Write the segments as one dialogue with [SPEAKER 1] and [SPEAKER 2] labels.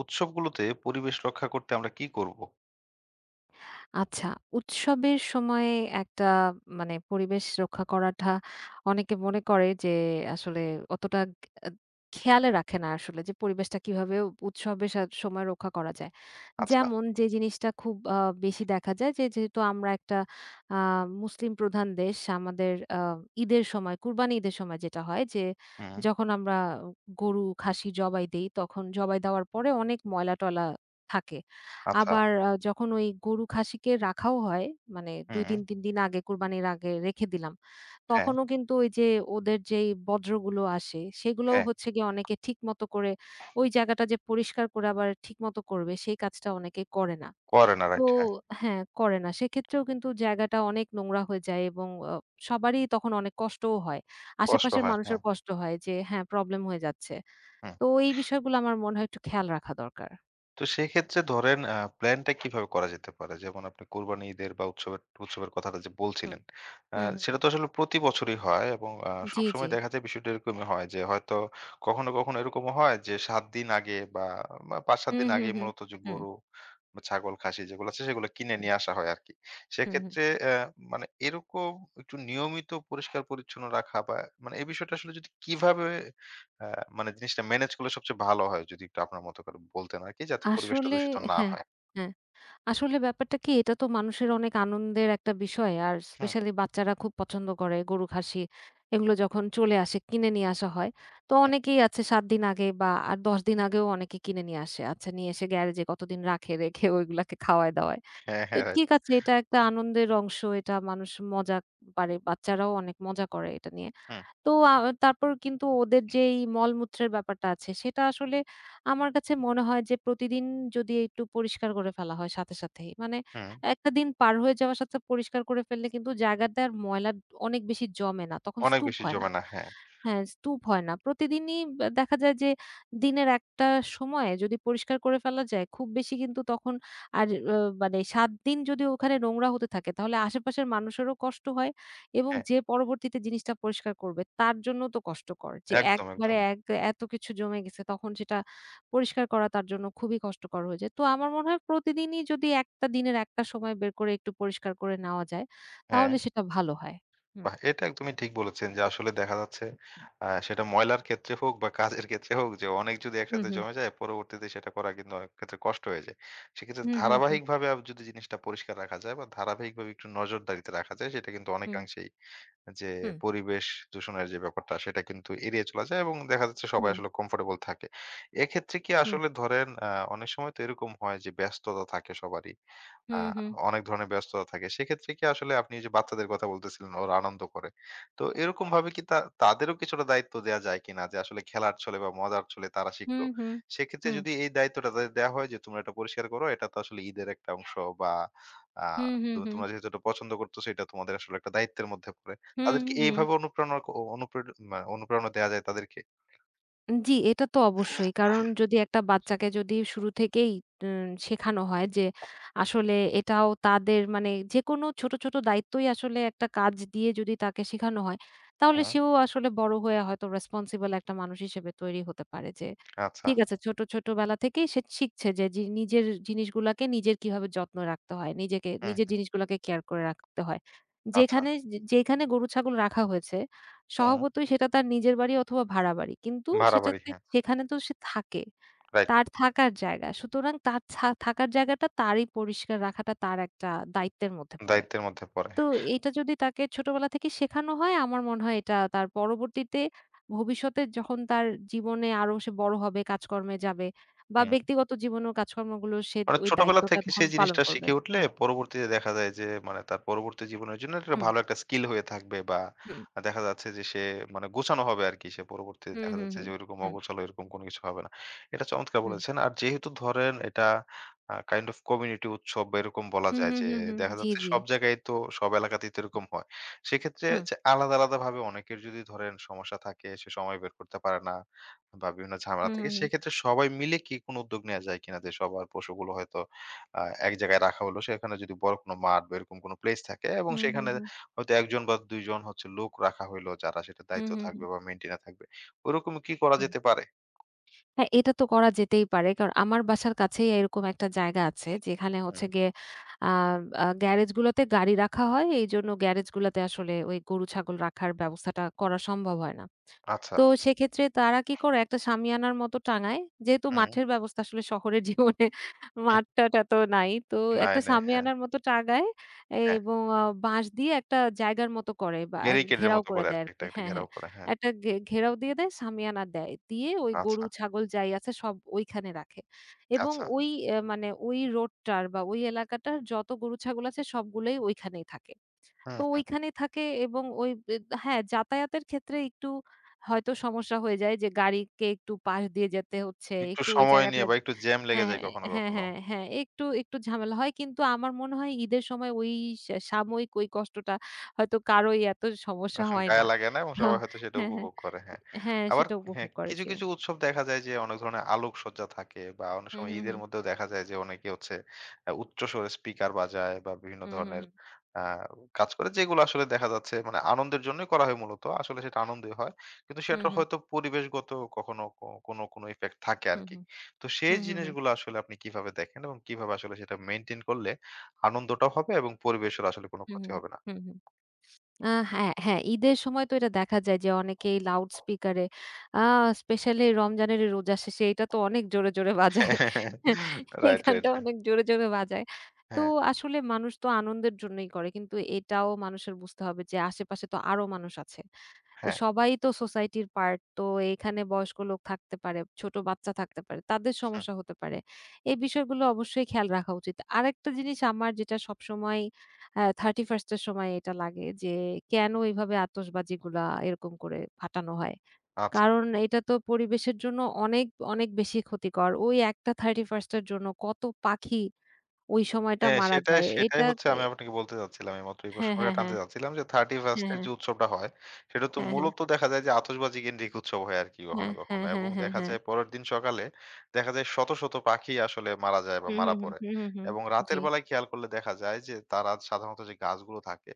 [SPEAKER 1] উৎসবগুলোতে পরিবেশ রক্ষা করতে আমরা কি করব?
[SPEAKER 2] আচ্ছা, উৎসবের সময় একটা মানে পরিবেশ রক্ষা করাটা অনেকে মনে করে যে আসলে অতটা আ খেয়ালে রাখে না আসলে যে পরিবেশটা কিভাবে উৎসবের সময় রক্ষা করা যায়।
[SPEAKER 1] আচ্ছা।
[SPEAKER 2] যেমন যে জিনিসটা খুব বেশি দেখা যায় যে যেহেতু আমরা একটা আ মুসলিম প্রধান দেশ আমাদের ঈদের সময় কুরবানি ঈদের সময় যেটা হয় যে
[SPEAKER 1] হুম,
[SPEAKER 2] যখন আমরা গরু, খাসি জবাই দেই তখন জবাই দেওয়ার পরে অনেক ময়লা-টলা থাকে।
[SPEAKER 1] আচ্ছা।
[SPEAKER 2] আবার যখন ওই গরু খাসিকে রাখাও হয়, মানে ২
[SPEAKER 1] হুম,
[SPEAKER 2] দিন ৩ দিন আগে কুরবানির আগে রেখে দিলাম।
[SPEAKER 1] হ্যাঁ,
[SPEAKER 2] তখনও কিন্তু ওই যে ওদের যেই বর্জ্যগুলো আসে সেগুলোও
[SPEAKER 1] হ্যাঁ।
[SPEAKER 2] হচ্ছে গিয়ে অনেকে ঠিকমতো করে ওই জায়গাটা যে পরিষ্কার করে আবার ঠিকমতো করবে সেই কাজটা অনেকে করে না।
[SPEAKER 1] করে না,
[SPEAKER 2] তো
[SPEAKER 1] রাইট। হ্যাঁ,
[SPEAKER 2] হ্যাঁ, করে না। সেক্ষেত্রেও কিন্তু জায়গাটা অনেক নোংরা হয়ে যায় এবং সবারই তখন অনেক কষ্টও হয়।
[SPEAKER 1] কষ্ট
[SPEAKER 2] আশেপাশের
[SPEAKER 1] হয়।
[SPEAKER 2] মানুষের
[SPEAKER 1] হ্যাঁ,
[SPEAKER 2] কষ্ট হয় যে হ্যাঁ, প্রবলেম হয়ে যাচ্ছে।
[SPEAKER 1] হুম।
[SPEAKER 2] তো এই বিষয়গুলো আমার মনে হয় একটু খেয়াল রাখা দরকার।
[SPEAKER 1] তো সেক্ষেত্রে ধরেন প্ল্যানটা কিভাবে করা যেতে পারে? যেমন আপনি কোরবানি ঈদের বা উৎসবের উৎসবের কথাটা যে
[SPEAKER 2] হুম,
[SPEAKER 1] বলছিলেন।
[SPEAKER 2] হুম, হুম, হুম।
[SPEAKER 1] সেটা তো আসলে প্রতি বছরই হয় এবং
[SPEAKER 2] জি,
[SPEAKER 1] সবসময়
[SPEAKER 2] জি।
[SPEAKER 1] দেখা যায় বিষয়টা এরকমই হয় যে হয়তো কখনো, কখনো এরকমও হয় যে ৭ দিন আগে বা বা ৫-৭
[SPEAKER 2] হুম,
[SPEAKER 1] দিন আগে
[SPEAKER 2] হুম, হুম।
[SPEAKER 1] মূলত যে
[SPEAKER 2] হুম,
[SPEAKER 1] গরু বা ছাগল, খাসি যেগুলো আছে সেগুলো কিনে
[SPEAKER 2] হুম,
[SPEAKER 1] নিয়ে আসা হয় আরকি।
[SPEAKER 2] হুম, হুম।
[SPEAKER 1] সেক্ষেত্রে মানে এরকম একটু নিয়মিত পরিষ্কার-পরিচ্ছন্ন রাখা বা মানে এই বিষয়টা আসলে যদি কিভাবে, হ্যাঁ, মানে জিনিসটা মেনেজ করলে সবচেয়ে ভালো হয় যদি একটু আপনার মতো করে বলতেন আরকি, যাতে পরিবেশটা
[SPEAKER 2] আসলে
[SPEAKER 1] দূষিত না
[SPEAKER 2] হ্যাঁ,
[SPEAKER 1] হয়।
[SPEAKER 2] হ্যাঁ। আসলে ব্যাপারটা কি এটা তো মানুষের অনেক আনন্দের একটা বিষয়। আর
[SPEAKER 1] হুম,
[SPEAKER 2] স্পেশালি বাচ্চারা খুব পছন্দ করে গরু খাসি এগুলো যখন চলে আসে কিনে নিয়ে আসা হয়। তো
[SPEAKER 1] হুম।
[SPEAKER 2] অনেকেই আছে ৭ দিন আগে বা আর ১০ দিন আগেও অনেকে কিনে নিয়ে আসে। আচ্ছা নিয়ে এসে গ্যারেজে কতদিন রাখে, রেখে ওইগুলাকে খাওয়ায়-দাওয়ায়।
[SPEAKER 1] হ্যাঁ,
[SPEAKER 2] তো
[SPEAKER 1] হ্যাঁ, রাইট।
[SPEAKER 2] ঠিক আছে এটা একটা আনন্দের অংশ। এটা মানুষ মজা পারে। বাচ্চারাও অনেক মজা করে এটা নিয়ে।
[SPEAKER 1] হুম,
[SPEAKER 2] তো আ তারপর কিন্তু ওদের যেই মলমূত্রের ব্যাপারটা আছে সেটা আসলে আমার কাছে মনে হয় যে প্রতিদিন যদি একটু পরিষ্কার করে ফেলা হয় সাথে, সাথেই। মানে
[SPEAKER 1] হুম।
[SPEAKER 2] একটা দিন পার হয়ে যাওয়ার সাথে পরিষ্কার করে ফেললে কিন্তু জায়গাটা আর ময়লা অনেক বেশি জমে না। তখন
[SPEAKER 1] অনেক
[SPEAKER 2] স্তূপ
[SPEAKER 1] বেশি
[SPEAKER 2] হয় না।
[SPEAKER 1] জমে না। হ্যাঁ,
[SPEAKER 2] হ্যাঁ, স্তূপ হয় না। প্রতিদিনই দেখা যায় যে দিনের একটা সময়ে যদি পরিষ্কার করে ফেলা যায় খুব বেশি কিন্তু তখন আর আ মানে ৭ দিন যদি ওখানে নোংরা হতে থাকে তাহলে আশেপাশের মানুষেরও কষ্ট হয়। এবং
[SPEAKER 1] হ্যাঁ।
[SPEAKER 2] যে পরবর্তীতে জিনিসটা পরিষ্কার করবে তার জন্য তো কষ্টকর। যে
[SPEAKER 1] একদম,
[SPEAKER 2] একবারে
[SPEAKER 1] একদম।
[SPEAKER 2] এক এত কিছু জমে গেছে তখন সেটা পরিষ্কার করা তার জন্য খুবই কষ্টকর হয়ে যায়। তো আমার মনে হয় প্রতিদিনই যদি একটা দিনের একটা সময় বের করে একটু পরিষ্কার করে নেওয়া যায়
[SPEAKER 1] হ্যাঁ,
[SPEAKER 2] তাহলে সেটা ভালো হয়। হুম।
[SPEAKER 1] বাহ! এটা একদমই ঠিক বলেছেন যে আসলে দেখা যাচ্ছে সেটা ময়লার ক্ষেত্রে হোক বা কাজের ক্ষেত্রে হোক, যে অনেক যদি
[SPEAKER 2] হুম,
[SPEAKER 1] একসাথে
[SPEAKER 2] হুম।
[SPEAKER 1] জমে যায় পরবর্তীতে সেটা করা কিন্তু অনেক ক্ষেত্রে কষ্ট হয়ে যায়। সেক্ষেত্রে
[SPEAKER 2] হুম, হুম, হুম,
[SPEAKER 1] ধারাবাহিকভাবে যদি জিনিসটা পরিষ্কার রাখা যায় বা ধারাবাহিকভাবে একটু নজরদারিতে রাখা যায় সেটা কিন্তু
[SPEAKER 2] হুম,
[SPEAKER 1] অনেকাংশেই যে
[SPEAKER 2] হুম,
[SPEAKER 1] পরিবেশ দূষণের যে ব্যাপারটা সেটা কিন্তু এড়িয়ে চলা যায় এবং দেখা যাচ্ছে সবাই
[SPEAKER 2] হুম,
[SPEAKER 1] আসলে কমফোর্টেবল থাকে। এক্ষেত্রে কি
[SPEAKER 2] হুম,
[SPEAKER 1] আসলে ধরেন অনেক সময় তো এরকম হয় যে ব্যস্ততা থাকে সবারই। আ
[SPEAKER 2] হুম, হুম,
[SPEAKER 1] অনেক ধরনের ব্যস্ততা থাকে। সেক্ষেত্রে কি আসলে আপনি এই যে বাচ্চাদের কথা বলতেছিলেন, ওরা আনন্দ করে। তো এরকমভাবে কি তাদেরও কিছুটা দায়িত্ব দেয়া যায় কিনা? যে আসলে খেলার ছলে বা মজার ছলে তারা
[SPEAKER 2] হুম,
[SPEAKER 1] শিখলো। সেক্ষেত্রে
[SPEAKER 2] হুম,
[SPEAKER 1] যদি এই দায়িত্বটা তাদের দেয়া হয় যে তোমরা এটা পরিষ্কার করো, এটা তো আসলে ঈদের একটা অংশ বা আ
[SPEAKER 2] হুম, হুম, হুম,
[SPEAKER 1] তো
[SPEAKER 2] হুম,
[SPEAKER 1] তোমরা যেহেতু এটা পছন্দ করতেছো, এটা তোমাদের আসলে একটা দায়িত্বের মধ্যে পড়ে।
[SPEAKER 2] হুম,
[SPEAKER 1] তাদেরকে
[SPEAKER 2] হুম।
[SPEAKER 1] এইভাবে অনুপ্রেরণা ক অনুপ্রে মা অনুপ্রেরণা দেয়া যায় তাদেরকে?
[SPEAKER 2] জি, এটা তো অবশ্যই। কারণ যদি একটা বাচ্চাকে যদি শুরু থেকেই শেখানো হয় যে আসলে এটাও তাদের মানে যেকোনো ছোট, ছোট দায়িত্বই আসলে একটা কাজ দিয়ে যদি তাকে শেখানো হয়, তাহলে
[SPEAKER 1] হুম।
[SPEAKER 2] সেও আসলে বড় হয়ে হয়তো রেসপনসিবল একটা মানুষ হিসেবে তৈরি হতে পারে যে
[SPEAKER 1] আচ্ছা।
[SPEAKER 2] ঠিক আছে ছোট, ছোট বেলা থেকেই সে শিখছে যে নিজের জিনিসগুলাকে নিজের কিভাবে যত্ন রাখতে হয়। নিজেকে
[SPEAKER 1] হুম,
[SPEAKER 2] নিজের জিনিসগুলাকে কেয়ার করে রাখতে হয়।
[SPEAKER 1] আচ্ছা।
[SPEAKER 2] যেখানে গরু ছাগল রাখা হয়েছে
[SPEAKER 1] হুম।
[SPEAKER 2] স্বভাবতই সেটা তার নিজের বাড়ি অথবা ভাড়া বাড়ি। কিন্তু
[SPEAKER 1] ভাড়া বাড়ি,
[SPEAKER 2] সেটাতে
[SPEAKER 1] হ্যাঁ।
[SPEAKER 2] সেখানে তো সে থাকে।
[SPEAKER 1] রাইট।
[SPEAKER 2] তার থাকার জায়গা। সুতরাং তার থাকার জায়গাটা তারই পরিষ্কার রাখাটা তার একটা দায়িত্বের মধ্যে পড়ে।
[SPEAKER 1] দায়িত্বের মধ্যে পড়ে।
[SPEAKER 2] তো
[SPEAKER 1] হ্যাঁ।
[SPEAKER 2] এটা যদি তাকে ছোটবেলা থেকে শেখানো হয় আমার মনে হয় এটা তার পরবর্তীতে ভবিষ্যতে যখন তার জীবনে আরো সে বড় হবে, কাজকর্মে যাবে বা
[SPEAKER 1] হুম।
[SPEAKER 2] ব্যক্তিগত জীবনেও কাজকর্মগুলো সে
[SPEAKER 1] মানে
[SPEAKER 2] ওই
[SPEAKER 1] ছোটবেলা
[SPEAKER 2] দায়িত্বটা
[SPEAKER 1] থেকে
[SPEAKER 2] তখন
[SPEAKER 1] সেই
[SPEAKER 2] পালন
[SPEAKER 1] জিনিসটা
[SPEAKER 2] করবে।
[SPEAKER 1] শিখে উঠলে
[SPEAKER 2] হুম,
[SPEAKER 1] পরবর্তীতে দেখা যায় যে মানে তার পরবর্তী জীবনের জন্য এটা
[SPEAKER 2] হুম,
[SPEAKER 1] ভালো একটা স্কিল হয়ে থাকবে, বা দেখা যাচ্ছে যে সে মানে গোছানো হবে আর কি, সে পরবর্তীতে
[SPEAKER 2] হুম,
[SPEAKER 1] দেখা
[SPEAKER 2] হুম,
[SPEAKER 1] যাচ্ছে
[SPEAKER 2] হুম,
[SPEAKER 1] যে ওইরকম
[SPEAKER 2] হুম,
[SPEAKER 1] অগোছালো এরকম কোনো কিছু হবে না। এটা চমৎকার
[SPEAKER 2] হুম,
[SPEAKER 1] বলেছেন। আর যেহেতু ধরেন এটা কাইন্ড অফ কমিউনিটি উৎসব বা এরকম বলা
[SPEAKER 2] হুম,
[SPEAKER 1] যায়
[SPEAKER 2] হুম,
[SPEAKER 1] যে
[SPEAKER 2] হুম, হুম, হুম,
[SPEAKER 1] দেখা
[SPEAKER 2] জি,
[SPEAKER 1] যাচ্ছে
[SPEAKER 2] জি।
[SPEAKER 1] সব জায়গায় তো সব এলাকাতেই তো এরকম হয়, সেক্ষেত্রে
[SPEAKER 2] হুম,
[SPEAKER 1] যে আলাদা আলাদা ভাবে অনেকের যদি ধরেন সমস্যা থাকে, সে সময় বের করতে পারে না বা বিভিন্ন ঝামেলা
[SPEAKER 2] হুম,
[SPEAKER 1] থাকে।
[SPEAKER 2] হুম, হুম,
[SPEAKER 1] সেক্ষেত্রে সবাই মিলে কি কোনো উদ্যোগ নেয়া যায় কিনা যে সবার পশুগুলো হয়তো আ এক জায়গায় রাখা হলো। সেখানে যদি বড় কোনো মাঠ বা এরকম কোনো প্লেস থাকে এবং
[SPEAKER 2] হুম, হুম,
[SPEAKER 1] সেখানে
[SPEAKER 2] হুম।
[SPEAKER 1] হয়তো ১ জন বা ২ জন হচ্ছে লোক রাখা হইলো যারা সেটার
[SPEAKER 2] হুম,
[SPEAKER 1] দায়িত্ব
[SPEAKER 2] হুম,
[SPEAKER 1] থাকবে
[SPEAKER 2] হুম,
[SPEAKER 1] বা মেইনটেইন থাকবে। ওরকম কি করা
[SPEAKER 2] হুম।
[SPEAKER 1] যেতে পারে?
[SPEAKER 2] হ্যাঁ, এটা তো করা যেতেই পারে। কারণ আমার বাসার কাছেই এরকম একটা জায়গা আছে যেখানে
[SPEAKER 1] হুম,
[SPEAKER 2] হচ্ছে গিয়ে আ আ গ্যারেজ গুলোতে গাড়ি রাখা হয়। এইজন্য গ্যারেজ গুলাতে আসলে ওই গরু-ছাগল রাখার ব্যবস্থাটা করা সম্ভব হয় না।
[SPEAKER 1] আচ্ছা।
[SPEAKER 2] তো সেক্ষেত্রে তারা কি করে একটা শামিয়ানার মতো টাঙায়। যেহেতু
[SPEAKER 1] হুম,
[SPEAKER 2] মাঠের ব্যবস্থা আসলে শহরের জীবনে
[SPEAKER 1] হুম।
[SPEAKER 2] মাঠ-টাঠ এত নাই। তো
[SPEAKER 1] নাই,
[SPEAKER 2] একটা
[SPEAKER 1] নাই। হ্যাঁ,
[SPEAKER 2] শামিয়ানার মতো টাঙায়
[SPEAKER 1] হ্যাঁ।
[SPEAKER 2] এবং বাঁশ দিয়ে একটা জায়গার মতো করে বা এক
[SPEAKER 1] ব্যারিকেড এর
[SPEAKER 2] ঘেরাও
[SPEAKER 1] মতো
[SPEAKER 2] করে
[SPEAKER 1] করে
[SPEAKER 2] দেয়
[SPEAKER 1] আরকি একটা,
[SPEAKER 2] আরকি।
[SPEAKER 1] একটা
[SPEAKER 2] হ্যাঁ, হ্যাঁ।
[SPEAKER 1] ঘেরাও করে। হ্যাঁ।
[SPEAKER 2] একটা ঘেরাও দিয়ে দেয়, শামিয়ানা দেয়। দিয়ে ওই
[SPEAKER 1] আচ্ছা,
[SPEAKER 2] গরু, ছাগল যাই আছে সব ওইখানে রাখে। এবং
[SPEAKER 1] আচ্ছা।
[SPEAKER 2] ওই মানে ওই রোডটার বা ওই এলাকাটার যত গরু, ছাগল আছে সবগুলোই ওইখানেই থাকে।
[SPEAKER 1] হুম,
[SPEAKER 2] তো
[SPEAKER 1] হুম।
[SPEAKER 2] ওইখানেই থাকে এবং ওই বে হ্যাঁ, যাতায়াতের ক্ষেত্রে একটু হয়তো সমস্যা হয়ে যায় যে গাড়িকে একটু পাশ দিয়ে যেতে হচ্ছে।
[SPEAKER 1] একটু
[SPEAKER 2] একটু ওই
[SPEAKER 1] সময়
[SPEAKER 2] জায়গাটা
[SPEAKER 1] নিয়ে বা একটু জ্যাম লেগে
[SPEAKER 2] হ্যাঁ,
[SPEAKER 1] যায় কখনো,
[SPEAKER 2] হ্যাঁ,
[SPEAKER 1] কখনো।
[SPEAKER 2] হ্যাঁ, হ্যাঁ, একটু, একটু ঝামেলা হয়। কিন্তু আমার মনে হয় ঈদের সময় ওই সাময়িক ওই কষ্টটা হয়তো কারোই এত সমস্যা হয়
[SPEAKER 1] গায়ে
[SPEAKER 2] না।
[SPEAKER 1] লাগে না এবং
[SPEAKER 2] তো
[SPEAKER 1] সবাই হয়তো সেটা
[SPEAKER 2] হ্যাঁ, হ্যাঁ।
[SPEAKER 1] উপভোগ করে। হ্যাঁ।
[SPEAKER 2] হ্যাঁ,
[SPEAKER 1] আবার
[SPEAKER 2] সেটা
[SPEAKER 1] হ্যাঁ,
[SPEAKER 2] উপভোগ করে
[SPEAKER 1] কিছু,
[SPEAKER 2] যে।
[SPEAKER 1] কিছু উৎসব দেখা যায় যে অনেক ধরনের আলোকসজ্জা থাকে বা অনেক
[SPEAKER 2] হুম,
[SPEAKER 1] সময়
[SPEAKER 2] হুম,
[SPEAKER 1] ঈদের
[SPEAKER 2] হুম।
[SPEAKER 1] মধ্যেও দেখা যায় যে অনেকে হচ্ছে উচ্চ স্বরে স্পিকার বাজায় বা বিভিন্ন
[SPEAKER 2] হুম, হুম,
[SPEAKER 1] ধরনের আ কাজ করে যেগুলো আসলে দেখা যাচ্ছে মানে আনন্দের জন্যই করা হয় মূলত। আসলে সেটা আনন্দই হয়। কিন্তু সেটার
[SPEAKER 2] হুম।
[SPEAKER 1] হয়তো পরিবেশগত কখনো ক কোনো, কোনো ইফেক্ট থাকে
[SPEAKER 2] হুম,
[SPEAKER 1] আরকি।
[SPEAKER 2] হুম।
[SPEAKER 1] তো সেই
[SPEAKER 2] হুম, হুম। হুম, হুম, হুম।
[SPEAKER 1] জিনিসগুলো আসলে আপনি কিভাবে দেখেন এবং কিভাবে আসলে সেটা মেইনটেইন করলে আনন্দটাও হবে এবং পরিবেশের আসলে কোনো
[SPEAKER 2] হুম,
[SPEAKER 1] ক্ষতি
[SPEAKER 2] হুম।
[SPEAKER 1] হবে না?
[SPEAKER 2] হুম, হুম। হ্যাঁ, হ্যাঁ, ঈদের সময় তো এটা দেখা যায় যে অনেকেই লাউড স্পিকারে আ স্পেশালি রমজানের এই রোজা শেষে এটা তো অনেক জোরে, জোরে বাজায়। এই
[SPEAKER 1] রাইট, রাইট।
[SPEAKER 2] গানটা অনেক জোরে, জোরে বাজায়। তো
[SPEAKER 1] হ্যাঁ,
[SPEAKER 2] আসলে মানুষ তো আনন্দের জন্যই করে। কিন্তু এটাও মানুষের বুঝতে হবে যে আশেপাশে তো আরো মানুষ আছে। তো
[SPEAKER 1] হ্যাঁ।
[SPEAKER 2] সবাই তো সোসাইটির পার্ট। তো এখানে বয়স্ক লোক থাকতে পারে, ছোট বাচ্চা থাকতে পারে, তাদের
[SPEAKER 1] হুম,
[SPEAKER 2] সমস্যা হতে পারে। এই বিষয়গুলো অবশ্যই খেয়াল রাখা উচিত। আরেকটা জিনিস আমার যেটা সবসময় 31st এর সময় এটা লাগে যে কেন এভাবে আতশবাজিগুলা এরকম করে ফাটানো হয়?
[SPEAKER 1] আচ্ছা।
[SPEAKER 2] কারণ এটা তো পরিবেশের জন্য অনেক, অনেক বেশি ক্ষতিকর। ওই একটা 31st এর জন্য কত পাখি ওই সময়টা
[SPEAKER 1] হ্যাঁ,
[SPEAKER 2] মারা
[SPEAKER 1] সেটাই,
[SPEAKER 2] যায়।
[SPEAKER 1] সেটাই
[SPEAKER 2] এটা
[SPEAKER 1] হচ্ছে,
[SPEAKER 2] এ
[SPEAKER 1] আমি আপনাকে বলতে চাচ্ছিলাম এইমাত্র, এই
[SPEAKER 2] হ্যাঁ,
[SPEAKER 1] প্রসঙ্গটা
[SPEAKER 2] হ্যাঁ,
[SPEAKER 1] টানতে
[SPEAKER 2] হ্যাঁ।
[SPEAKER 1] চাচ্ছিলাম যে 31st
[SPEAKER 2] হ্যাঁ,
[SPEAKER 1] এর
[SPEAKER 2] হ্যাঁ।
[SPEAKER 1] যে উৎসবটা হয়, সেটা তো
[SPEAKER 2] হ্যাঁ, হ্যাঁ।
[SPEAKER 1] মূলত দেখা যায় যে আতশবাজি কেন্দ্রিক উৎসব হয় আরকি কখনো,
[SPEAKER 2] হ্যাঁ,
[SPEAKER 1] কখনো।
[SPEAKER 2] হ্যাঁ,
[SPEAKER 1] এবং
[SPEAKER 2] হ্যাঁ, হ্যাঁ,
[SPEAKER 1] দেখা
[SPEAKER 2] হ্যাঁ।
[SPEAKER 1] যায় পরের দিন সকালে দেখা যায় শত, শত পাখি আসলে মারা যায় বা
[SPEAKER 2] হুম,
[SPEAKER 1] মারা
[SPEAKER 2] হুম, হুম,
[SPEAKER 1] পড়ে।
[SPEAKER 2] হুম, হুম, হুম।
[SPEAKER 1] এবং রাতের
[SPEAKER 2] জি।
[SPEAKER 1] বেলায় খেয়াল করলে দেখা যায় যে তারা সাধারণত যে গাছগুলো থাকে,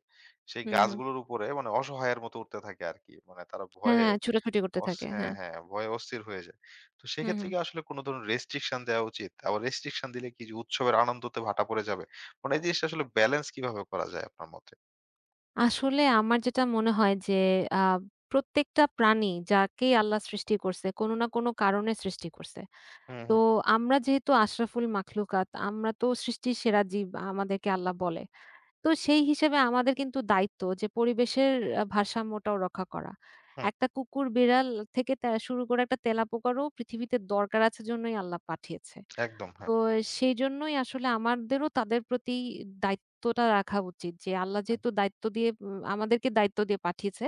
[SPEAKER 1] সেই
[SPEAKER 2] হুম, হুম।
[SPEAKER 1] গাছগুলোর উপরে মানে অসহায়ের মতো উঠতে থাকে আরকি। মানে তারা
[SPEAKER 2] হ্যাঁ,
[SPEAKER 1] ভয়ে
[SPEAKER 2] হ্যাঁ, ছোটাছুটি করতে থাকে।
[SPEAKER 1] হ্যাঁ,
[SPEAKER 2] হ্যাঁ।
[SPEAKER 1] হ্যাঁ, ভয়ে অস্থির হয়ে যায়। তো
[SPEAKER 2] হুম,
[SPEAKER 1] সেক্ষেত্রে
[SPEAKER 2] হুম।
[SPEAKER 1] কি আসলে কোন ধরনের রেস্ট্রিকশন দেওয়া উচিত? আবার রেস্ট্রিকশন দিলে কি যে উৎসবের আনন্দতে ভাটা পড়ে যাবে? মানে এই জিনিসটা আসলে ব্যালেন্স কিভাবে করা যায় আপনার মতে?
[SPEAKER 2] আসলে আমার যেটা মনে হয় যে আ প্রত্যেকটা প্রাণী যাকেই আল্লাহ সৃষ্টি করছে, কোনো না কোনো কারণে সৃষ্টি করছে।
[SPEAKER 1] হুম,
[SPEAKER 2] তো
[SPEAKER 1] হুম,
[SPEAKER 2] আমরা যেহেতু আশরাফুল মাখলুকাত, আমরা তো সৃষ্টির সেরা জীব আমাদেরকে আল্লাহ বলে। তো সেই হিসেবে আমাদের কিন্তু দায়িত্ব যে পরিবেশের ভারসাম্যটাও রক্ষা করা।
[SPEAKER 1] হুম,
[SPEAKER 2] একটা কুকুর, বিড়াল থেকে শুরু করে একটা তেলাপোকারও পৃথিবীতে দরকার আছে জন্যই আল্লাহ পাঠিয়েছে।
[SPEAKER 1] একদম
[SPEAKER 2] তো
[SPEAKER 1] হ্যাঁ,
[SPEAKER 2] সেইজন্যই আসলে আমাদেরও তাদের প্রতি দায়িত্বটা রাখা উচিত যে আল্লাহ
[SPEAKER 1] হুম,
[SPEAKER 2] যেহেতু দায়িত্ব দিয়ে উম আমাদেরকে দায়িত্ব দিয়ে পাঠিয়েছে,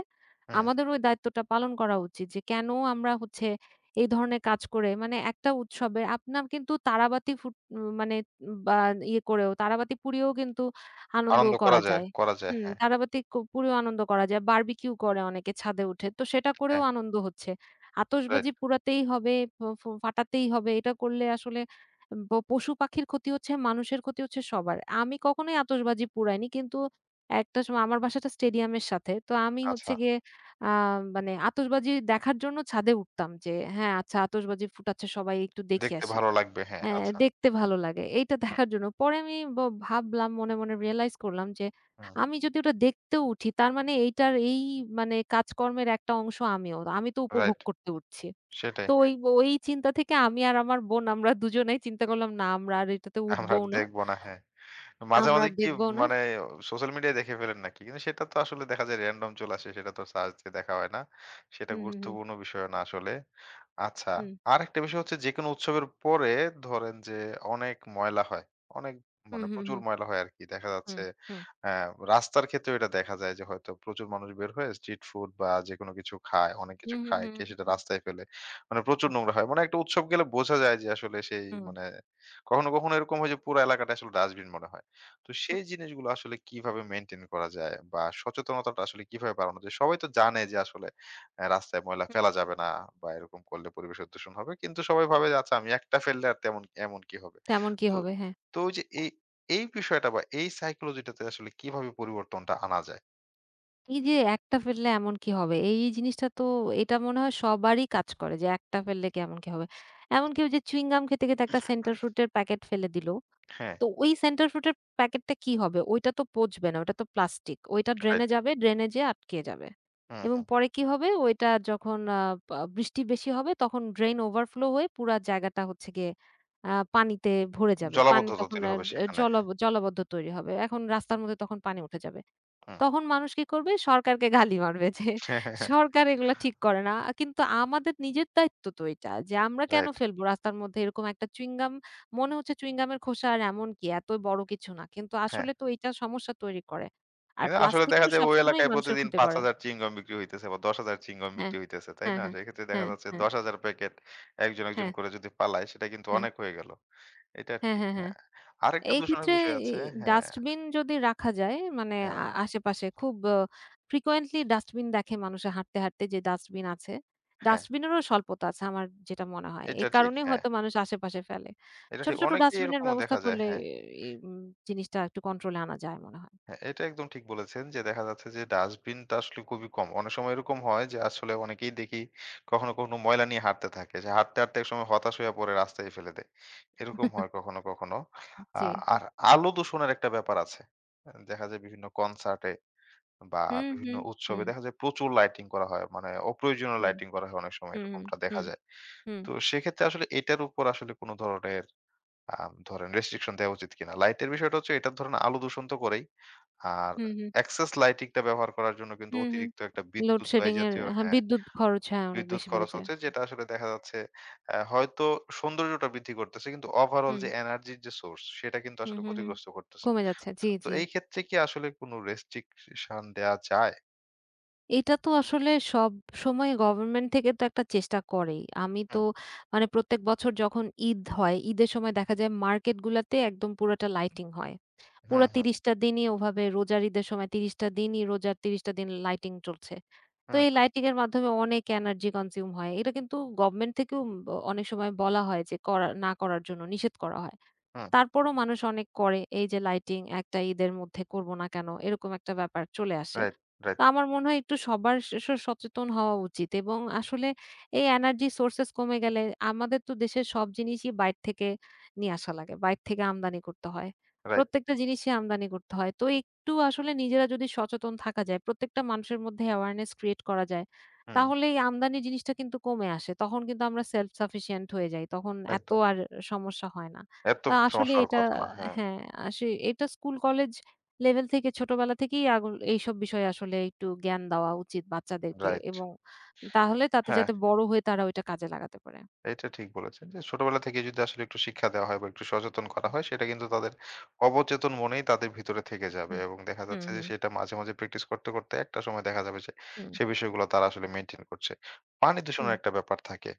[SPEAKER 1] হুম।
[SPEAKER 2] আমাদেরও ওই দায়িত্বটা পালন করা উচিত যে কেন আমরা হচ্ছে এই ধরনের কাজ করে মানে একটা উৎসবে আপনার কিন্তু তারাবাতি ফুট উম, মানে উম, বা ইয়ে করেও তারাবাতি পুড়িয়েও কিন্তু আনন্দ
[SPEAKER 1] আনন্দ করা
[SPEAKER 2] করা
[SPEAKER 1] যায়,
[SPEAKER 2] যায়।
[SPEAKER 1] করা যায়,
[SPEAKER 2] হুম,
[SPEAKER 1] হ্যাঁ,
[SPEAKER 2] তারাবাতি পুড়িয়েও আনন্দ করা যায়। বারবিকিউ করে অনেকে ছাদে উঠে। তো সেটা করেও
[SPEAKER 1] হ্যাঁ,
[SPEAKER 2] আনন্দ হচ্ছে।
[SPEAKER 1] রাইট,
[SPEAKER 2] আতশবাজি পুড়াতেই হবে, ফ ফ ফাটাতেই হবে। এটা করলে আসলে পশু-পাখির ক্ষতি হচ্ছে, মানুষের ক্ষতি হচ্ছে সবার। আমি কখনোই আতশবাজি পুড়াইনি। কিন্তু একটা সময় আমার বাসাটা স্টেডিয়ামের সাথে। তো আমি
[SPEAKER 1] আচ্ছা।
[SPEAKER 2] হচ্ছে গিয়ে আ মানে আতশবাজি দেখার জন্য ছাদে উঠতাম যে, হ্যাঁ, আচ্ছা আতশবাজি ফুটাচ্ছে সবাই একটু দেখি
[SPEAKER 1] দেখতে
[SPEAKER 2] আসি।
[SPEAKER 1] ভালো লাগবে, হ্যাঁ,
[SPEAKER 2] অ্যা
[SPEAKER 1] আচ্ছা।
[SPEAKER 2] দেখতে ভালো লাগে। এইটা দেখার জন্য। পরে আমি ভাবলাম মনে, মনে রিয়ালাইজ করলাম যে,
[SPEAKER 1] হুম,
[SPEAKER 2] আমি যদি ওটা দেখতেও উঠি তার মানে এইটার এই মানে কাজকর্মের একটা অংশ আমিও। আমি তো উপভোগ
[SPEAKER 1] রাইট,
[SPEAKER 2] করতে উঠছি।
[SPEAKER 1] সেটাই।
[SPEAKER 2] তো ওই ওই চিন্তা থেকে আমি আর আমার বোন আমরা দুজনেই চিন্তা করলাম, না আমরা আর এটাতে
[SPEAKER 1] আমরা আর
[SPEAKER 2] উঠবও না।
[SPEAKER 1] দেখব না, হ্যাঁ। মাঝে,
[SPEAKER 2] আমরা
[SPEAKER 1] মাঝে
[SPEAKER 2] আর
[SPEAKER 1] কি
[SPEAKER 2] দেখবও না।
[SPEAKER 1] মানে সোশ্যাল মিডিয়ায় দেখে ফেলেন নাকি? কিন্তু সেটা তো আসলে দেখা যায় র‍্যান্ডম চলে আসে। সেটা তো সার্চ দিয়ে দেখা হয় না। সেটা
[SPEAKER 2] হুম, হুম, হুম,
[SPEAKER 1] গুরুত্বপূর্ণ বিষয় না আসলে। আচ্ছা,
[SPEAKER 2] হুম,
[SPEAKER 1] আরেকটা বিষয় হচ্ছে যেকোনো উৎসবের পরে ধরেন যে অনেক ময়লা হয়। অনেক
[SPEAKER 2] হুম,
[SPEAKER 1] মানে প্রচুর
[SPEAKER 2] হুম,
[SPEAKER 1] ময়লা হয় আরকি। দেখা যাচ্ছে
[SPEAKER 2] হুম, হুম,
[SPEAKER 1] অ্যা রাস্তার ক্ষেত্রেও এটা দেখা যায় যে হয়তো প্রচুর মানুষ বের হয়ে স্ট্রিট ফুড বা যেকোনো কিছু খায়, অনেক কিছু
[SPEAKER 2] হুম, হুম,
[SPEAKER 1] খায়,
[SPEAKER 2] হুম,
[SPEAKER 1] খেয়ে সেটা
[SPEAKER 2] হুম,
[SPEAKER 1] রাস্তায় ফেলে। মানে প্রচুর
[SPEAKER 2] হুম,
[SPEAKER 1] নোংরা হয়। মানে একটা উৎসব গেলে বোঝা যায় যে আসলে সেই
[SPEAKER 2] হুম,
[SPEAKER 1] মানে কখনো, কখনো এরকম হয় যে পুরা এলাকাটা আসলে ডাস্টবিন মনে হয়। তো
[SPEAKER 2] হুম,
[SPEAKER 1] সেই জিনিসগুলো আসলে কিভাবে মেইনটেইন করা যায় বা সচেতনতাটা আসলে কিভাবে বাড়ানো যায়? সবাই তো জানে যে আসলে রাস্তায় ময়লা
[SPEAKER 2] হুম।
[SPEAKER 1] ফেলা যাবে না বা এরকম করলে পরিবেশের দূষণ হবে। কিন্তু সবাই ভাবে যে আচ্ছা আমি একটা ফেললে আর তেমন এমন কি হবে?
[SPEAKER 2] তো এমন কি
[SPEAKER 1] তো
[SPEAKER 2] হবে? হ্যাঁ।
[SPEAKER 1] তো ওই যে এই এই বিষয়টা বা এই সাইকোলজিটাতে আসলে কিভাবে পরিবর্তনটা আনা যায়?
[SPEAKER 2] এই যে একটা ফেললে এমন কি হবে? এই জিনিসটা তো এটা মনে হয় সবারই কাজ করে যে একটা ফেললে কি এমন কি হবে? এমনকি ওই যে চুইং গাম খেতে, খেতে একটা সেন্টার ফ্রুট এর প্যাকেট ফেলে দিল।
[SPEAKER 1] হ্যাঁ,
[SPEAKER 2] তো ওই সেন্টার ফ্রুটের প্যাকেটটা কি হবে? ওইটা তো পচবে না। ওটা তো প্লাস্টিক। ওইটা
[SPEAKER 1] রাইট।
[SPEAKER 2] ড্রেনে যাবে, ড্রেনে যেয়ে আটকে যাবে।
[SPEAKER 1] হুম,
[SPEAKER 2] এবং
[SPEAKER 1] হুম।
[SPEAKER 2] পরে কি হবে? ওইটা যখন আ পা বৃষ্টি বেশি হবে তখন ড্রেন ওভারফ্লো হয়ে পুরা জায়গাটা হচ্ছে গিয়ে পানিতে ভরে যাবে। পানি
[SPEAKER 1] জলাবদ্ধতা
[SPEAKER 2] তখন
[SPEAKER 1] তৈরি
[SPEAKER 2] আর
[SPEAKER 1] হবে
[SPEAKER 2] এ
[SPEAKER 1] সেখানে।
[SPEAKER 2] জলাব জলাবদ্ধ তৈরি হবে। এখন রাস্তার মধ্যে তখন পানি উঠে যাবে।
[SPEAKER 1] হুম।
[SPEAKER 2] তখন মানুষ কি করবে? সরকারকে গালি মারবে যে, "সরকার এগুলা ঠিক করে না।" কিন্তু আমাদের নিজের দায়িত্ব তো এটা যে আমরা কেন
[SPEAKER 1] রাইট।
[SPEAKER 2] ফেলবো রাস্তার মধ্যে এরকম একটা চুইংগাম মনে হচ্ছে চুইংগামের খোসা আর এমন কি এত বড় কিছু না। কিন্তু
[SPEAKER 1] হ্যাঁ।
[SPEAKER 2] আসলে তো এইটা সমস্যা তৈরি করে। আর
[SPEAKER 1] কিন্তু আসলে
[SPEAKER 2] প্লাস্টিক
[SPEAKER 1] দেখা
[SPEAKER 2] তো
[SPEAKER 1] যায় ওই
[SPEAKER 2] সবসময়ই
[SPEAKER 1] এলাকায়
[SPEAKER 2] মানুষের
[SPEAKER 1] প্রতিদিন
[SPEAKER 2] ক্ষতি করে।
[SPEAKER 1] ৫,০০০ চুইংগম বিক্রি হইতেছে বা ১০,০০০ চুইংগম
[SPEAKER 2] হ্যাঁ।
[SPEAKER 1] বিক্রি হইতেছে, তাই
[SPEAKER 2] হ্যাঁ,
[SPEAKER 1] না?
[SPEAKER 2] হ্যাঁ।
[SPEAKER 1] সেক্ষেত্রে দেখা
[SPEAKER 2] হ্যাঁ,
[SPEAKER 1] যাচ্ছে
[SPEAKER 2] হ্যাঁ।
[SPEAKER 1] ১০,০০০ প্যাকেট একজন, একজন
[SPEAKER 2] হ্যাঁ,
[SPEAKER 1] করে
[SPEAKER 2] হ্যাঁ।
[SPEAKER 1] যদি পালায় সেটা কিন্তু অনেক হয়ে গেল। এটা
[SPEAKER 2] হ্যাঁ,
[SPEAKER 1] ঠিক,
[SPEAKER 2] হ্যাঁ, হ্যাঁ। হ্যাঁ,
[SPEAKER 1] হ্যাঁ।
[SPEAKER 2] হ্যাঁ।
[SPEAKER 1] আরেকটা
[SPEAKER 2] এই
[SPEAKER 1] দূষণের
[SPEAKER 2] ক্ষেত্রে
[SPEAKER 1] বিষয়
[SPEAKER 2] এ
[SPEAKER 1] আছে। হ্যাঁ,
[SPEAKER 2] ডাস্টবিন যদি রাখা যায় মানে
[SPEAKER 1] হ্যাঁ,
[SPEAKER 2] আশেপাশে খুব frequently ডাস্টবিন দেখে মানুষে হাঁটতে, হাঁটতে যে ডাস্টবিন আছে,
[SPEAKER 1] হ্যাঁ।
[SPEAKER 2] ডাস্টবিনেরও স্বল্পতা আছে আমার যেটা মনে হয়। এই
[SPEAKER 1] এটা ঠিক,
[SPEAKER 2] কারণেই
[SPEAKER 1] হ্যাঁ।
[SPEAKER 2] হয়তো মানুষ আশেপাশে ফেলে।
[SPEAKER 1] এটা
[SPEAKER 2] ছোট,
[SPEAKER 1] ঠিক।
[SPEAKER 2] ছোট
[SPEAKER 1] অনেকেই
[SPEAKER 2] ডাস্টবিনের
[SPEAKER 1] এরকমও
[SPEAKER 2] ব্যবস্থা
[SPEAKER 1] দেখা যায়,
[SPEAKER 2] করলে
[SPEAKER 1] হ্যাঁ।
[SPEAKER 2] এ উম জিনিসটা একটু কন্ট্রোলে আনা যায় মনে হয়।
[SPEAKER 1] হ্যাঁ, এটা একদম ঠিক বলেছেন যে দেখা যাচ্ছে যে ডাস্টবিনটা আসলে খুবই কম। অনেক সময় এরকম হয় যে আসলে অনেকেই দেখি কখনো, কখনো ময়লা নিয়ে হাঁটতে থাকে। যে হাঁটতে, হাঁটতে একসময় হতাশ হয়ে পড়ে রাস্তায় ফেলে দেয়। এরকম হয় কখনো, কখনো। আ
[SPEAKER 2] জি।
[SPEAKER 1] আর আলো দূষণের একটা ব্যাপার আছে। দেখা যায় বিভিন্ন কনসার্টে বা
[SPEAKER 2] হুম,
[SPEAKER 1] বিভিন্ন
[SPEAKER 2] হুম,
[SPEAKER 1] উৎসবে
[SPEAKER 2] হুম,
[SPEAKER 1] দেখা যায় প্রচুর লাইটিং করা হয়। মানে অপ্রয়োজনীয়
[SPEAKER 2] হুম,
[SPEAKER 1] লাইটিং করা হয় অনেক সময়
[SPEAKER 2] হুম, হুম,
[SPEAKER 1] এরকমটা দেখা
[SPEAKER 2] হুম,
[SPEAKER 1] যায়। তো সেক্ষেত্রে আসলে এটার উপর আসলে কোন ধরনের আ ধরেন রেস্ট্রিকশন দেওয়া উচিত কিনা? লাইটের বিষয়টা হচ্ছে এটা ধরেন আলো দূষণ তো করেই। আর
[SPEAKER 2] হুম, হুম,
[SPEAKER 1] এক্সেস লাইটিং টা ব্যবহার করার জন্য কিন্তু
[SPEAKER 2] হুম, হুম।
[SPEAKER 1] অতিরিক্ত একটা বিদ্যুৎ ব্যয়
[SPEAKER 2] লোডশেডিং এর
[SPEAKER 1] জাতীয়,
[SPEAKER 2] হ্যাঁ,
[SPEAKER 1] হ্যাঁ,
[SPEAKER 2] বিদ্যুৎ খরচ হ্যাঁ, অনেক
[SPEAKER 1] বিদ্যুৎ
[SPEAKER 2] বেশি বেড়ে
[SPEAKER 1] খরচ
[SPEAKER 2] যায়।
[SPEAKER 1] হচ্ছে যেটা আসলে দেখা যাচ্ছে হয়তো সৌন্দর্যটা বৃদ্ধি করতেছে কিন্তু ওভারঅল
[SPEAKER 2] হুম,
[SPEAKER 1] যে এনার্জির যে সোর্স সেটা কিন্তু
[SPEAKER 2] হুম,
[SPEAKER 1] আসলে
[SPEAKER 2] হুম, হুম।
[SPEAKER 1] ক্ষতিগ্রস্ত করতেছে।
[SPEAKER 2] কমে যাচ্ছে।
[SPEAKER 1] তো
[SPEAKER 2] জি,
[SPEAKER 1] তো
[SPEAKER 2] জি।
[SPEAKER 1] এই ক্ষেত্রে কি আসলে কোনো রেস্ট্রিকশন দেয়া যায়?
[SPEAKER 2] এটা তো আসলে সব সময় গভর্নমেন্ট থেকে তো একটা চেষ্টা করেই। আমি তো
[SPEAKER 1] হুম,
[SPEAKER 2] মানে প্রত্যেক বছর যখন ঈদ হয়, ঈদের সময় দেখা যায় মার্কেটগুলাতে একদম পুরাটা লাইটিং হয়।
[SPEAKER 1] হুম,
[SPEAKER 2] পুরা
[SPEAKER 1] হুম,
[SPEAKER 2] ৩০ টা দিনই ওভাবে রোজার ঈদের সময় ৩০ টা দিনই রোজার ৩০ টা দিন লাইটিং চলছে। তো
[SPEAKER 1] হুম,
[SPEAKER 2] এই
[SPEAKER 1] হুম,
[SPEAKER 2] লাইটিং এর মাধ্যমে অনেক এনার্জি কনজিউম হয়। এটা কিন্তু গভর্নমেন্ট থেকেও উম ব অনেক সময় বলা হয় যে করা না করার জন্য নিষেধ করা হয়।
[SPEAKER 1] হুম।
[SPEAKER 2] তারপরও মানুষ অনেক করে। এই যে লাইটিং একটা ঈদের মধ্যে করব না কেন? এরকম একটা ব্যাপার চলে আসে।
[SPEAKER 1] রাইট, রাইট,
[SPEAKER 2] তো আমার মনে হয় একটু সবার স স সচেতন হওয়া উচিত এবং আসলে এই এনার্জি সোর্সেস কমে গেলে আমাদের তো দেশের সব জিনিসই বাইর থেকে নিয়ে আসা লাগে। বাইর থেকে আমদানি করতে হয়।
[SPEAKER 1] রাইট।
[SPEAKER 2] প্রত্যেকটা জিনিসই আমদানি করতে হয়। তো একটু আসলে নিজেরা যদি সচেতন থাকা যায়, প্রত্যেকটা মানুষের মধ্যে অ্যাওয়ারনেস ক্রিয়েট করা যায়,
[SPEAKER 1] হুম,
[SPEAKER 2] তাহলে এই আমদানি জিনিসটা কিন্তু কমে আসে। তখন কিন্তু আমরা সেলফ সাফিসিয়েন্ট হয়ে যাই। তখন এত
[SPEAKER 1] একদম।
[SPEAKER 2] আর সমস্যা হয় না।
[SPEAKER 1] এত
[SPEAKER 2] আ আসলে
[SPEAKER 1] সমস্যা হওয়ার
[SPEAKER 2] এটা
[SPEAKER 1] কথা না। হ্যাঁ,
[SPEAKER 2] হ্যাঁ, আসে এটা স্কুল, কলেজ লেভেল থেকে ছোটবেলা থেকেই আগুল এইসব বিষয়ে আসলে একটু জ্ঞান দেওয়া উচিত বাচ্চাদেরকে
[SPEAKER 1] রাইট।
[SPEAKER 2] এবং তাহলে তাতে
[SPEAKER 1] হ্যাঁ।
[SPEAKER 2] যাতে বড় হয়ে তারা ওইটা কাজে লাগাতে পারে।
[SPEAKER 1] এটা ঠিক বলেছেন যে ছোটবেলা থেকে যদি আসলে একটু শিক্ষা দেওয়া হয় বা একটু সচেতন করা হয় সেটা কিন্তু তাদের অবচেতন মনেই তাদের ভিতরে থেকে যাবে
[SPEAKER 2] হুম,
[SPEAKER 1] এবং দেখা
[SPEAKER 2] হুম,
[SPEAKER 1] যাচ্ছে যে
[SPEAKER 2] হুম,
[SPEAKER 1] সেটা মাঝে মাঝে প্র্যাকটিস করতে করতে একটা সময় দেখা যাবে যে
[SPEAKER 2] হুম,
[SPEAKER 1] সে বিষয়গুলো তারা আসলে মেনটেন করছে। পানি দূষণের একটা ব্যাপার থাকে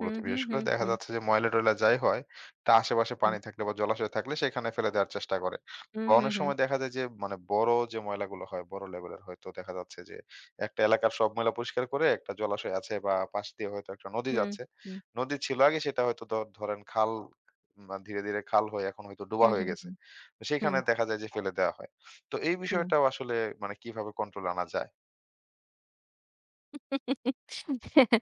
[SPEAKER 2] হুম, হুম,
[SPEAKER 1] বিশেষ
[SPEAKER 2] হুম,
[SPEAKER 1] করে
[SPEAKER 2] হুম,
[SPEAKER 1] দেখা
[SPEAKER 2] হুম,
[SPEAKER 1] যাচ্ছে যে ময়লা টয়লা যাই হয় তা আশেপাশে পানি
[SPEAKER 2] হুম,
[SPEAKER 1] থাকলে বা জলাশয় থাকলে সেখানে ফেলে দেওয়ার চেষ্টা করে,
[SPEAKER 2] হুম,
[SPEAKER 1] বা
[SPEAKER 2] হুম,
[SPEAKER 1] অনেক
[SPEAKER 2] হুম,
[SPEAKER 1] সময় দেখা যায় যে মানে বড় যে ময়লাগুলো হয় বড় লেভেলের হয়তো দেখা যাচ্ছে যে একটা এলাকার সব ময়লা পরিষ্কার করে একটা জলাশয় আছে বা পাশ দিয়ে হয়তো একটা নদী যাচ্ছে,
[SPEAKER 2] হুম,
[SPEAKER 1] নদী ছিল আগে, সেটা হয়তো ধরেন খাল বা ধীরে, ধীরে খাল হয়ে এখন হয়তো ডোবা
[SPEAKER 2] হুম,
[SPEAKER 1] হয়ে
[SPEAKER 2] হুম,
[SPEAKER 1] গেছে।
[SPEAKER 2] হুম, হুম,
[SPEAKER 1] সেখানে দেখা যায় যে ফেলে দেয়া হয়। তো এই
[SPEAKER 2] হুম।
[SPEAKER 1] বিষয়টাও আসলে মানে কিভাবে কন্ট্রোল আনা যায়?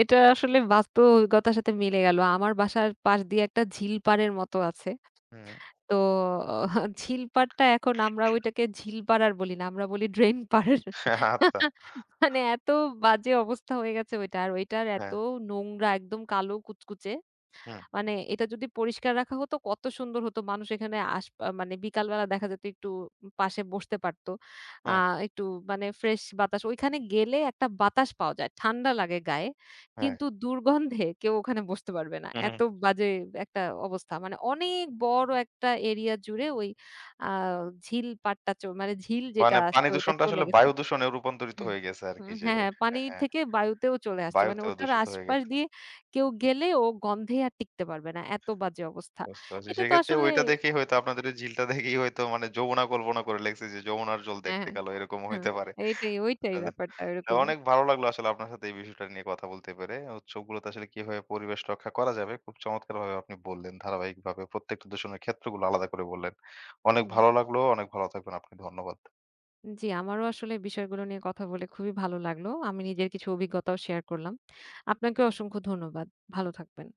[SPEAKER 2] এটা আসলে বাস্তবতার সাথে মিলে গেল। আমার বাসার পাশ দিয়ে একটা ঝিল পাড়ের মতো আছে।
[SPEAKER 1] হুম।
[SPEAKER 2] তো আহ, ঝিল পাড়টা এখন আমরা ওইটাকে ঝিল পাড়ার বলি না। আমরা বলি ড্রেন পাড়।
[SPEAKER 1] আচ্ছা।
[SPEAKER 2] মানে এত বাজে অবস্থা হয়ে গেছে ওইটার। ওইটার এত
[SPEAKER 1] হ্যাঁ।
[SPEAKER 2] নোংরা একদম কালো কুচকুচে।
[SPEAKER 1] হুম,
[SPEAKER 2] মানে এটা যদি পরিষ্কার রাখা হতো কত সুন্দর হতো। মানুষ এখানে আস আ মানে বিকালবেলা দেখা যেত একটু পাশে বসতে পারত। আ
[SPEAKER 1] হুম,
[SPEAKER 2] একটু মানে ফ্রেশ বাতাস। ওইখানে গেলে একটা বাতাস পাওয়া যায়। ঠান্ডা লাগে গায়ে।
[SPEAKER 1] হ্যাঁ।
[SPEAKER 2] কিন্তু দুর্গন্ধে কেউ ওখানে বসতে পারবে না।
[SPEAKER 1] হুম, হুম।
[SPEAKER 2] এত বাজে একটা অবস্থা। মানে অনেক বড় একটা এরিয়া জুড়ে ওই আ ঝিল পাট্টা চ মানে ঝিল যেটা
[SPEAKER 1] মানে পানি
[SPEAKER 2] আছে ওইটা
[SPEAKER 1] দূষণটা
[SPEAKER 2] চলে
[SPEAKER 1] আসলে
[SPEAKER 2] গেছে।
[SPEAKER 1] বায়ু দূষণে রূপান্তরিত
[SPEAKER 2] হুম,
[SPEAKER 1] হয়ে গেছে আরকি,
[SPEAKER 2] হুম,
[SPEAKER 1] যে
[SPEAKER 2] হ্যাঁ, হ্যাঁ,
[SPEAKER 1] হ্যাঁ,
[SPEAKER 2] পানির
[SPEAKER 1] হ্যাঁ,
[SPEAKER 2] থেকে বায়ুতেও চলে আসছে। মানে
[SPEAKER 1] বায়ুতেও
[SPEAKER 2] ওটার
[SPEAKER 1] দূষিত হয়ে
[SPEAKER 2] আশপাশ
[SPEAKER 1] গেছে।
[SPEAKER 2] দিয়ে কেউ গেলে ও গন্ধে আর টিকতে পারবে না। এত বাজে অবস্থা।
[SPEAKER 1] বুঝতে পারছি।
[SPEAKER 2] এটা তো
[SPEAKER 1] সেক্ষেত্রে
[SPEAKER 2] আসলে
[SPEAKER 1] ওইটা দেখেই হয়তো আপনাদের ওই ঝিলটা দেখেই হয়তো মানে যমুনা কল্পনা করে লেখছে যে যমুনার জল দেখতে
[SPEAKER 2] হ্যাঁ,
[SPEAKER 1] কালো এরকম
[SPEAKER 2] হ্যাঁ,
[SPEAKER 1] হইতে পারে।
[SPEAKER 2] এইটাই ব্যাপারটা
[SPEAKER 1] না,
[SPEAKER 2] ওইরকমই।
[SPEAKER 1] অনেক ভালো লাগলো আসলে আপনার সাথে এই বিষয়টা নিয়ে কথা বলতে পেরে। উৎসবগুলোতে আসলে কিভাবে পরিবেশ রক্ষা করা যাবে খুব চমৎকারভাবে আপনি বললেন ধারাবাহিকভাবে। প্রত্যেকটা দূষণের ক্ষেত্রগুলো আলাদা করে বললেন। অনেক
[SPEAKER 2] হুম।
[SPEAKER 1] ভালো লাগলো। অনেক ভালো থাকবেন আপনি। ধন্যবাদ।
[SPEAKER 2] জি, আমারও আসলে বিষয়গুলো নিয়ে কথা বলে খুবই ভালো লাগলো। আমি নিজের কিছু অভিজ্ঞতাও শেয়ার করলাম। আপনাকেও অসংখ্য ধন্যবাদ। ভালো থাকবেন।